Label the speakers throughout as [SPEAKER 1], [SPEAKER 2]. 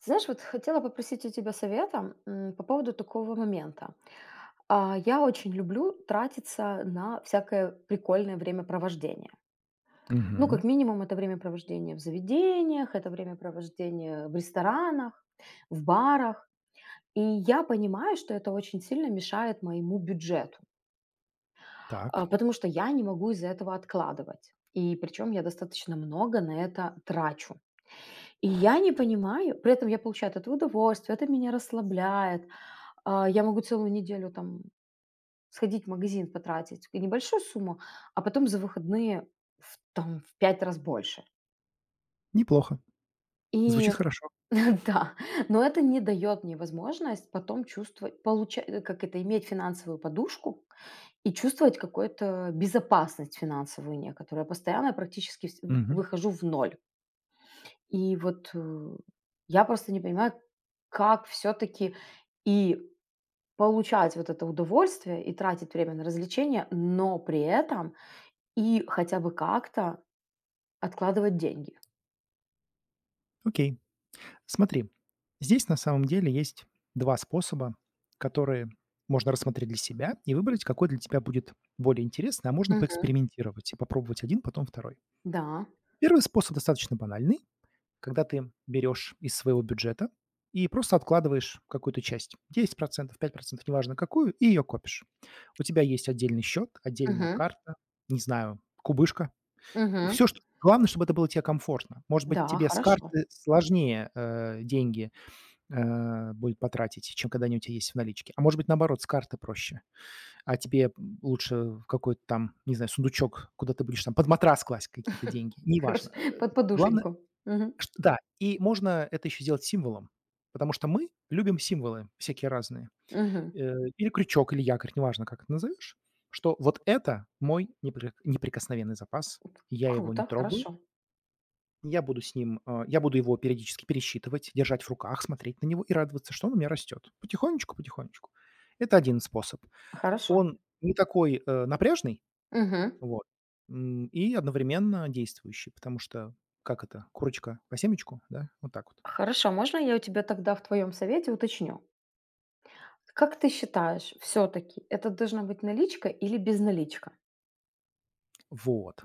[SPEAKER 1] Знаешь, вот хотела попросить у тебя совета по поводу такого момента. Я очень люблю тратиться на всякое прикольное времяпровождение. Ну, как
[SPEAKER 2] Мгм.
[SPEAKER 1] минимум, это времяпровождение в заведениях, это времяпровождение в ресторанах, в барах. И я понимаю, что это очень сильно мешает моему бюджету,
[SPEAKER 2] Так,
[SPEAKER 1] потому что я не могу из-за этого откладывать. И причем я достаточно много на это трачу. И я не понимаю, при этом я получаю от этого удовольствие, это меня расслабляет. Я могу целую неделю там сходить в магазин, потратить и небольшую сумму, а потом за выходные там в 5 раз больше.
[SPEAKER 2] неплохо. Звучит
[SPEAKER 1] И
[SPEAKER 2] хорошо.
[SPEAKER 1] да, но это не дает мне возможность потом чувствовать, получать, иметь финансовую подушку и чувствовать какую-то безопасность финансовую некоторую. Я постоянно практически
[SPEAKER 2] Мгм.
[SPEAKER 1] выхожу в ноль. И я просто не понимаю, как все-таки и получать вот это удовольствие и тратить время на развлечения, но при этом и хотя бы как-то откладывать деньги.
[SPEAKER 2] Окей. Смотри, здесь на самом деле есть 2 способа, которые можно рассмотреть для себя и выбрать, какой для тебя будет более интересный, а можно
[SPEAKER 1] Мгм.
[SPEAKER 2] поэкспериментировать и попробовать один, потом второй.
[SPEAKER 1] Да.
[SPEAKER 2] Первый способ достаточно банальный, когда ты берешь из своего бюджета и просто откладываешь какую-то часть, 10 5 неважно какую, и ее копишь. У тебя есть отдельный счет, отдельная
[SPEAKER 1] Мгм.
[SPEAKER 2] карта, не знаю, кубышка,
[SPEAKER 1] Мгм.
[SPEAKER 2] все что главное, чтобы это было тебе комфортно. Может быть,
[SPEAKER 1] Да,
[SPEAKER 2] тебе с
[SPEAKER 1] хорошо.
[SPEAKER 2] карты сложнее, деньги, будет потратить, чем когда они у тебя есть в наличке. А может быть, наоборот, с карты проще, а тебе, лучше в какой-то там, не знаю, сундучок, куда ты будешь там под матрас класть какие-то деньги,
[SPEAKER 1] Хорошо.
[SPEAKER 2] неважно. Э,
[SPEAKER 1] Под
[SPEAKER 2] главное,
[SPEAKER 1] подушеньку. Мгм.
[SPEAKER 2] чт да, и можно это еще сделать символом, потому что мы любим символы всякие разные.
[SPEAKER 1] Мгм.
[SPEAKER 2] Или крючок, или якорь, неважно, как это назовешь, что вот это мой неприкосновенный запас, я его не
[SPEAKER 1] Круто,
[SPEAKER 2] трогаю.
[SPEAKER 1] хорошо.
[SPEAKER 2] Я буду с ним, я буду его периодически пересчитывать, держать в руках, смотреть на него и радоваться, что он у меня растет. Потихонечку, потихонечку. Это один способ.
[SPEAKER 1] Хорошо.
[SPEAKER 2] Он не такой, напряжный,
[SPEAKER 1] Мгм.
[SPEAKER 2] вот, и одновременно действующий, потому что как это, курочка по семечку, да? Вот так вот.
[SPEAKER 1] Хорошо, можно я у тебя тогда в твоем совете уточню? Как ты считаешь, все-таки это должна быть наличка или безналичка?
[SPEAKER 2] Вот.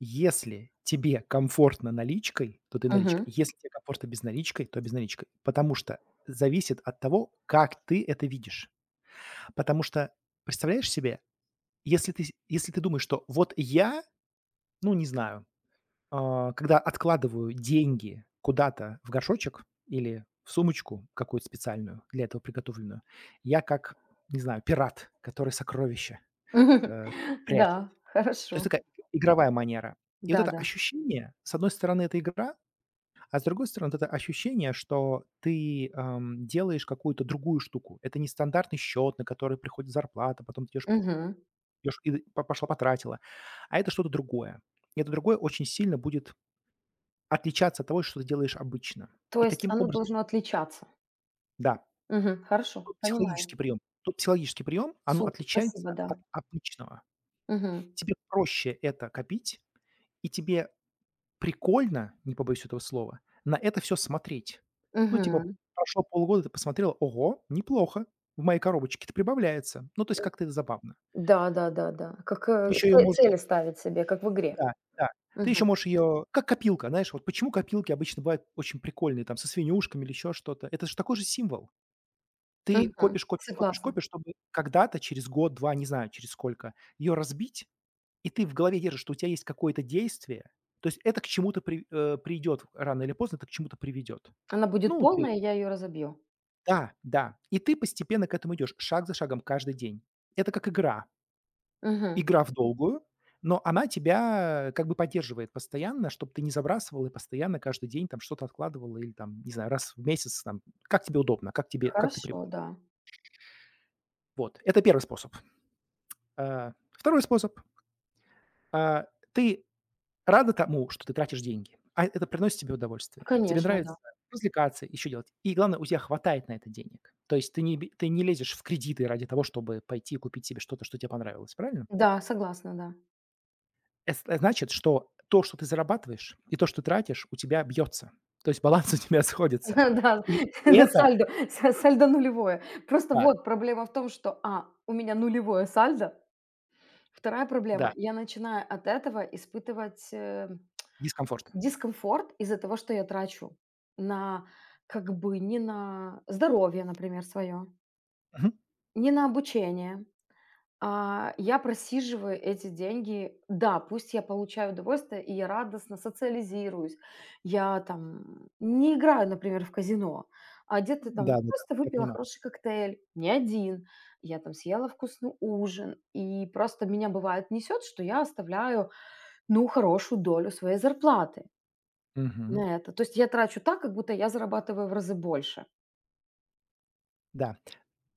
[SPEAKER 2] Если тебе комфортно наличкой, то ты наличкой.
[SPEAKER 1] Мгм.
[SPEAKER 2] Если тебе комфортно безналичкой, то безналичкой. Потому что зависит от того, как ты это видишь. Потому что представляешь себе, если ты думаешь, что вот я, ну, не знаю, когда откладываю деньги куда-то в горшочек или в сумочку какую-то специальную, для этого приготовленную, я как, не знаю, пират, который сокровища, где-то прячет.
[SPEAKER 1] Да,
[SPEAKER 2] То есть
[SPEAKER 1] хорошо.
[SPEAKER 2] такая игровая манера. И вот это
[SPEAKER 1] Да-да.
[SPEAKER 2] ощущение, с одной стороны, это игра, а с другой стороны, вот это ощущение, что ты, делаешь какую-то другую штуку. Это не стандартный счет, на который приходит зарплата, потом ты идешь идёшь и д по пошла потратила. А это что-то другое. И это другое очень сильно будет отличаться от того, что ты делаешь обычно.
[SPEAKER 1] То
[SPEAKER 2] И
[SPEAKER 1] есть
[SPEAKER 2] таким
[SPEAKER 1] оно
[SPEAKER 2] образом
[SPEAKER 1] должно отличаться.
[SPEAKER 2] да,
[SPEAKER 1] Мгм. Хорошо, понимаю.
[SPEAKER 2] тут психологический прием, оно
[SPEAKER 1] Супер,
[SPEAKER 2] отличается
[SPEAKER 1] спасибо, да.
[SPEAKER 2] от обычного.
[SPEAKER 1] Мгм.
[SPEAKER 2] Тебе проще это копить, и тебе прикольно, не побоюсь этого слова, на это всё смотреть. Ну, типа,
[SPEAKER 1] Мгм.
[SPEAKER 2] прошло полгода, ты посмотрела: "Ого, неплохо, в моей коробочке-то прибавляется". Ну, то есть
[SPEAKER 1] М,
[SPEAKER 2] как-то это забавно.
[SPEAKER 1] да, да, да, да. Как,
[SPEAKER 2] Ты еще ее
[SPEAKER 1] ц цели
[SPEAKER 2] можешь.
[SPEAKER 1] ставить себе, как в игре.
[SPEAKER 2] Да, да. Ты
[SPEAKER 1] Мгм.
[SPEAKER 2] еще можешь ее как копилка, знаешь, вот почему копилки обычно бывают очень прикольные, там, со свинюшками или еще что-то. Это же такой же символ. Ты
[SPEAKER 1] Мгм.
[SPEAKER 2] копишь, копишь, копишь,
[SPEAKER 1] Согласна.
[SPEAKER 2] копишь, чтобы когда-то через год, 2, не знаю, через сколько, ее разбить, и ты в голове держишь, что у тебя есть какое-то действие. То есть это к чему-то придет рано или поздно, это к чему-то приведет.
[SPEAKER 1] Она будет
[SPEAKER 2] Ну, ты
[SPEAKER 1] полная, я ее разобью.
[SPEAKER 2] да, да. И ты постепенно к этому идешь, шаг за шагом, каждый день. Это как игра.
[SPEAKER 1] Мгм.
[SPEAKER 2] Игра в долгую, но она тебя, как бы поддерживает постоянно, чтобы ты не забрасывал и постоянно каждый день там что-то откладывал или там, не знаю, раз в месяц там, как тебе удобно, как ты привык.
[SPEAKER 1] Хорошо, да.
[SPEAKER 2] Вот, это первый способ. А, 2-й способ. А, ты рада тому, что ты тратишь деньги, а это приносит тебе удовольствие. Тебе
[SPEAKER 1] Конечно,
[SPEAKER 2] нравится
[SPEAKER 1] да.
[SPEAKER 2] развлекаться, еще делать. И главное, у тебя хватает на это денег. То есть ты не бе ты не лезешь в кредиты ради того, чтобы пойти и купить себе что-то, что тебе понравилось, правильно?
[SPEAKER 1] Да, согласна, да.
[SPEAKER 2] Значит, что то, что ты зарабатываешь, и то, что ты тратишь, у тебя бьется. То есть баланс у тебя сходится.
[SPEAKER 1] Да,
[SPEAKER 2] И это
[SPEAKER 1] сальдо са сальдо нулевое. Просто
[SPEAKER 2] да,
[SPEAKER 1] вот проблема в том, что: у меня нулевое сальдо. Вторая проблема:
[SPEAKER 2] да,
[SPEAKER 1] я начинаю от этого испытывать,
[SPEAKER 2] дискомфорт.
[SPEAKER 1] дискомфорт из-за того, что я трачу на, как бы, не на здоровье, например, свое,
[SPEAKER 2] Мгм.
[SPEAKER 1] не на обучение, а я просиживаю эти деньги. Да, пусть я получаю удовольствие, и я радостно социализируюсь. Я там не играю, например, в казино, а где-то там
[SPEAKER 2] Да-да-да,
[SPEAKER 1] просто
[SPEAKER 2] я
[SPEAKER 1] выпила
[SPEAKER 2] понимаю.
[SPEAKER 1] хороший коктейль, не один. Я там съела вкусный ужин, и просто меня бывает несет, что я оставляю, ну, хорошую долю своей зарплаты.
[SPEAKER 2] Мгм.
[SPEAKER 1] На это. То есть я трачу так, как будто я зарабатываю в разы больше.
[SPEAKER 2] Да.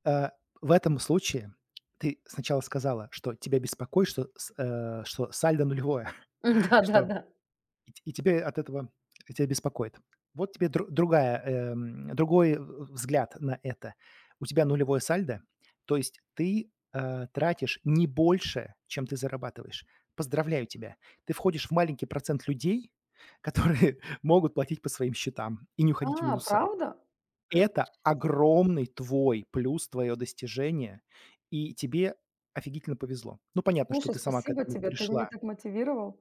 [SPEAKER 2] Э, в этом случае ты сначала сказала, что тебя беспокоит, что сальдо нулевое, что
[SPEAKER 1] Да-да-да.
[SPEAKER 2] И т и тебе от этого тебя беспокоит. Вот тебе дру другая, другой э, в взгляд на это. У тебя нулевое сальдо, то есть ты, тратишь не больше, чем ты зарабатываешь. Поздравляю тебя! Ты входишь в маленький процент людей, которые могут платить по своим счетам и не уходить в
[SPEAKER 1] А,
[SPEAKER 2] минуса.
[SPEAKER 1] правда?
[SPEAKER 2] Это огромный твой плюс, твое достижение, и тебе офигительно повезло. Ну, понятно, что
[SPEAKER 1] Слушай,
[SPEAKER 2] ты сама к
[SPEAKER 1] спасибо
[SPEAKER 2] этому
[SPEAKER 1] тебе, ты меня
[SPEAKER 2] пришла.
[SPEAKER 1] так мотивировал.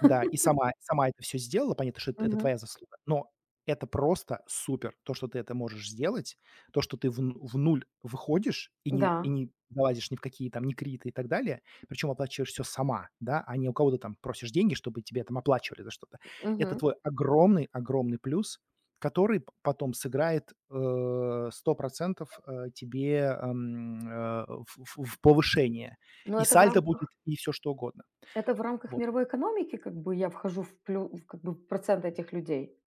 [SPEAKER 2] Да, и сама это все сделала. Понятно, что это
[SPEAKER 1] Мгм.
[SPEAKER 2] твоя заслуга, но это просто супер. То, что ты это можешь сделать, то, что ты в нуль выходишь и
[SPEAKER 1] Да.
[SPEAKER 2] не залазишь ни в какие там, ни криты и так далее, причем оплачиваешь все сама, да, а не у кого-то там просишь деньги, чтобы тебе там оплачивали за что-то. Это
[SPEAKER 1] Мгм.
[SPEAKER 2] твой огромный огромный плюс, который п потом сыграет, 100% тебе, в в повышение.
[SPEAKER 1] Но
[SPEAKER 2] И
[SPEAKER 1] это в
[SPEAKER 2] сальто будет,
[SPEAKER 1] рамках
[SPEAKER 2] и все что угодно.
[SPEAKER 1] это в рамках
[SPEAKER 2] Вот.
[SPEAKER 1] мировой экономики, как бы я вхожу в плю в, как бы, в процент этих людей.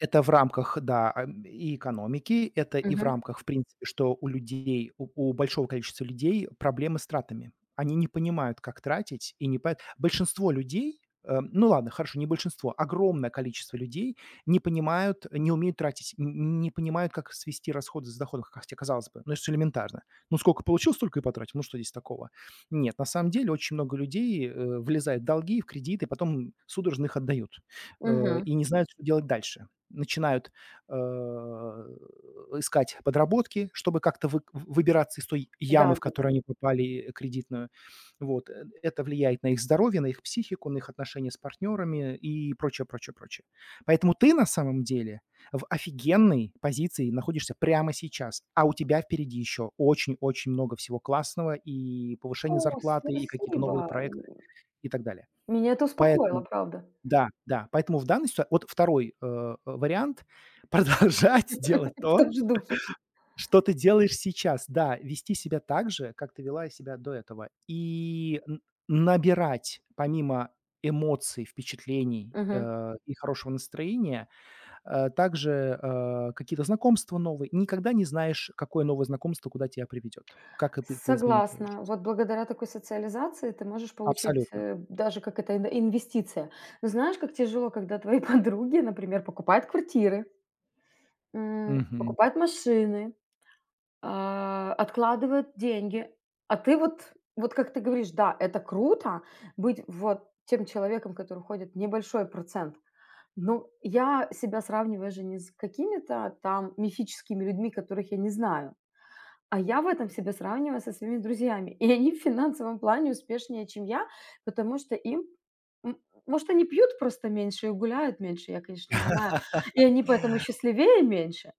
[SPEAKER 2] Это в рамках, да, и экономики, это и в
[SPEAKER 1] Мгм.
[SPEAKER 2] рамках, в принципе, что у людей, у большого количества людей проблемы с тратами. Они не понимают, как тратить, и не поэт большинство людей, ну ладно, хорошо, не большинство, огромное количество людей не понимают, не умеют тратить, н не понимают, как свести расходы с доходом, как тебе казалось бы, ну, это ж элементарно. Ну, сколько получил, столько и потратил, ну, что здесь такого? Нет, на самом деле очень много людей, влезает в долги, в кредиты, потом судорожно их отдают,
[SPEAKER 1] Мгм.
[SPEAKER 2] и не знают, что делать дальше начинают, э, искать подработки, чтобы как-то вы выбираться из той ямы, в
[SPEAKER 1] Да-да-да.
[SPEAKER 2] которую они попали, кредитную. Вот, это влияет на их здоровье, на их психику, на их отношения с партнерами и прочее, прочее, прочее. Поэтому ты на самом деле в офигенной позиции находишься прямо сейчас, а у тебя впереди еще очень-очень много всего классного: и повышение
[SPEAKER 1] О,
[SPEAKER 2] зарплаты, и какие-то новые
[SPEAKER 1] спасибо!
[SPEAKER 2] проекты, и так далее.
[SPEAKER 1] Меня это успокоило,
[SPEAKER 2] Поэтому
[SPEAKER 1] правда.
[SPEAKER 2] да, да. Поэтому в данной ситуа вот второй вариант — продолжать делать
[SPEAKER 1] В
[SPEAKER 2] то,
[SPEAKER 1] том же духе.
[SPEAKER 2] что ты делаешь сейчас. Да, вести себя так же, как ты вела себя до этого. И н набирать помимо эмоций, впечатлений,
[SPEAKER 1] Мгм.
[SPEAKER 2] и хорошего настроения, также, какие-то знакомства новые. Никогда не знаешь, какое новое знакомство куда тебя приведет, как это изменит твою
[SPEAKER 1] Согласна.
[SPEAKER 2] жизнь.
[SPEAKER 1] Вот благодаря такой социализации ты можешь получить,
[SPEAKER 2] Абсолютно.
[SPEAKER 1] э, даже как это, ин инвестиция. Но знаешь, как тяжело, когда твои подруги, например, покупают квартиры,
[SPEAKER 2] Мгм.
[SPEAKER 1] покупают машины, откладывают деньги, а ты вот как ты говоришь, да, это круто быть вот тем человеком, который входит небольшой процент. Но я себя сравниваю же не с какими-то там мифическими людьми, которых я не знаю. А я в этом себя сравниваю со своими друзьями. И они в финансовом плане успешнее, чем я, потому что им м, может, они пьют просто меньше и гуляют меньше, я, конечно, не знаю. И они поэтому счастливее меньше.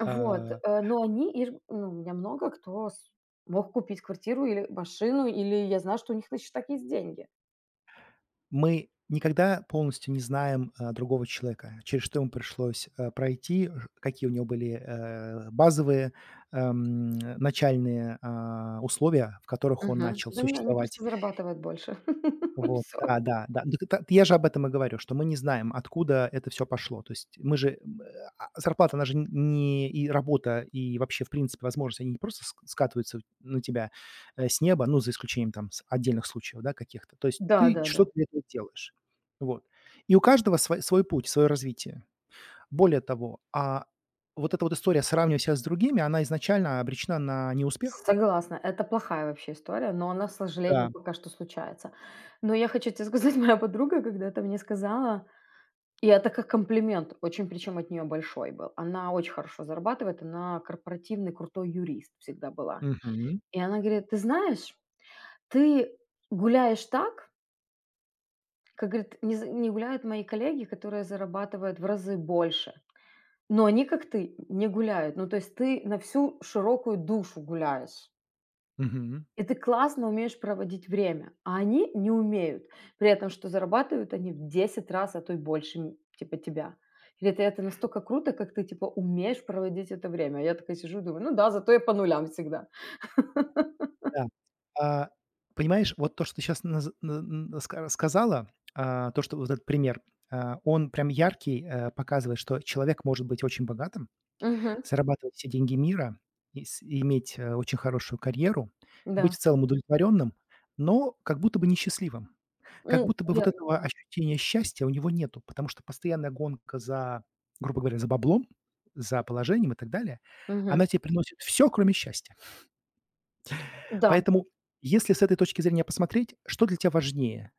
[SPEAKER 2] А
[SPEAKER 1] Но они, и ну, у меня много кто мог купить квартиру или машину, или я знаю, что у них на счетах есть деньги.
[SPEAKER 2] Мы никогда полностью не знаем, другого человека, через что ему пришлось, пройти, ж какие у него были, базовые, эм, начальные, условия, в которых он
[SPEAKER 1] Мгм.
[SPEAKER 2] начал
[SPEAKER 1] Да не, они
[SPEAKER 2] существовать.
[SPEAKER 1] просто зарабатывают больше.
[SPEAKER 2] Вот,
[SPEAKER 1] Все.
[SPEAKER 2] да, да, да. Ну, так я же об этом и говорю, что мы не знаем, откуда это все пошло. То есть мы же, зарплата, она же н не и работа, и вообще, в принципе, возможности, они не просто ск скатываются на тебя, с неба, ну, за исключением там с отдельных случаев, да, каких-то. То есть
[SPEAKER 1] Да,
[SPEAKER 2] ты
[SPEAKER 1] да, да.
[SPEAKER 2] что-то для этого делаешь. Вот. И у каждого свой путь, свое развитие. Более того, вот эта вот история сравнивать себя с другими, она изначально обречена на неуспех.
[SPEAKER 1] Согласна, это плохая вообще история, но она, к сожалению,
[SPEAKER 2] Да.
[SPEAKER 1] пока что случается. Но я хочу тебе сказать, моя подруга когда-то мне сказала, и это как комплимент, очень причем от нее большой был. Она очень хорошо зарабатывает, она корпоративный крутой юрист всегда была.
[SPEAKER 2] Мгм.
[SPEAKER 1] И она говорит: "Ты знаешь, ты гуляешь так, как, говорит, не гуляют мои коллеги, которые зарабатывают в разы больше. Но они, как ты, не гуляют. Ну, то есть ты на всю широкую душу гуляешь".
[SPEAKER 2] Мгм.
[SPEAKER 1] И ты классно умеешь проводить время, а они не умеют. При этом, что зарабатывают они в 10 раз, а то и больше, м, типа, тебя. Или это настолько круто, как ты, типа, умеешь проводить это время. А я такая сижу и думаю: "Ну да, зато я по нулям всегда".
[SPEAKER 2] Да. А, понимаешь, вот то, что ты сейчас сказала, то, что вот этот пример, он прям яркий, показывает, что человек может быть очень богатым,
[SPEAKER 1] Мгм.
[SPEAKER 2] зарабатывать все деньги мира, и иметь, очень хорошую карьеру, быть
[SPEAKER 1] Да.
[SPEAKER 2] в целом удовлетворенным, но как будто бы несчастливым. Как
[SPEAKER 1] М,
[SPEAKER 2] будто бы вот
[SPEAKER 1] верно.
[SPEAKER 2] этого ощущения счастья у него нету, потому что постоянная гонка за, грубо говоря, за баблом, за положением и так далее, она
[SPEAKER 1] Мгм.
[SPEAKER 2] тебе приносит все, кроме счастья.
[SPEAKER 1] Да.
[SPEAKER 2] Поэтому, если с этой точки зрения посмотреть, что для тебя важнее?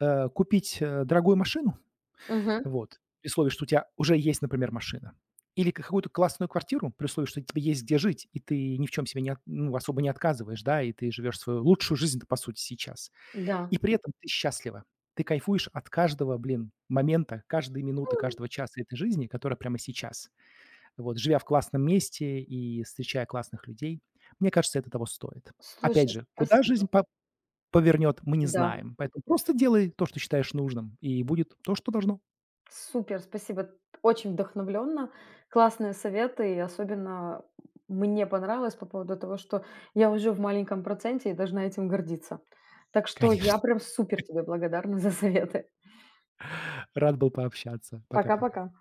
[SPEAKER 2] Купить, дорогую машину,
[SPEAKER 1] Мгм.
[SPEAKER 2] вот, при условии, что у тебя уже есть, например, машина, или какую-то классную квартиру, при условии, что тебе есть где жить, и ты ни в чем себе не, ну, особо не отказываешь, да, и ты живешь свою лучшую жизнь по сути, сейчас.
[SPEAKER 1] Да.
[SPEAKER 2] И при этом ты счастлива. Ты кайфуешь от каждого, блин, момента, каждой минуты,
[SPEAKER 1] М,
[SPEAKER 2] каждого часа этой жизни, которая прямо сейчас. Вот, живя в классном месте и встречая классных людей, мне кажется, это того стоит. Опять
[SPEAKER 1] слушай,
[SPEAKER 2] же, куда
[SPEAKER 1] спасибо.
[SPEAKER 2] жизнь повернет, мы не
[SPEAKER 1] Да.
[SPEAKER 2] знаем. Поэтому просто делай то, что считаешь нужным, и будет то, что должно.
[SPEAKER 1] Супер, спасибо. Очень вдохновленно. Классные советы. И особенно мне понравилось по поводу того, что я уже в маленьком проценте и должна этим гордиться. Так что
[SPEAKER 2] Конечно.
[SPEAKER 1] я прям супер тебе благодарна за советы.
[SPEAKER 2] Рад был пообщаться. Пока-пока.
[SPEAKER 1] Пока-пока.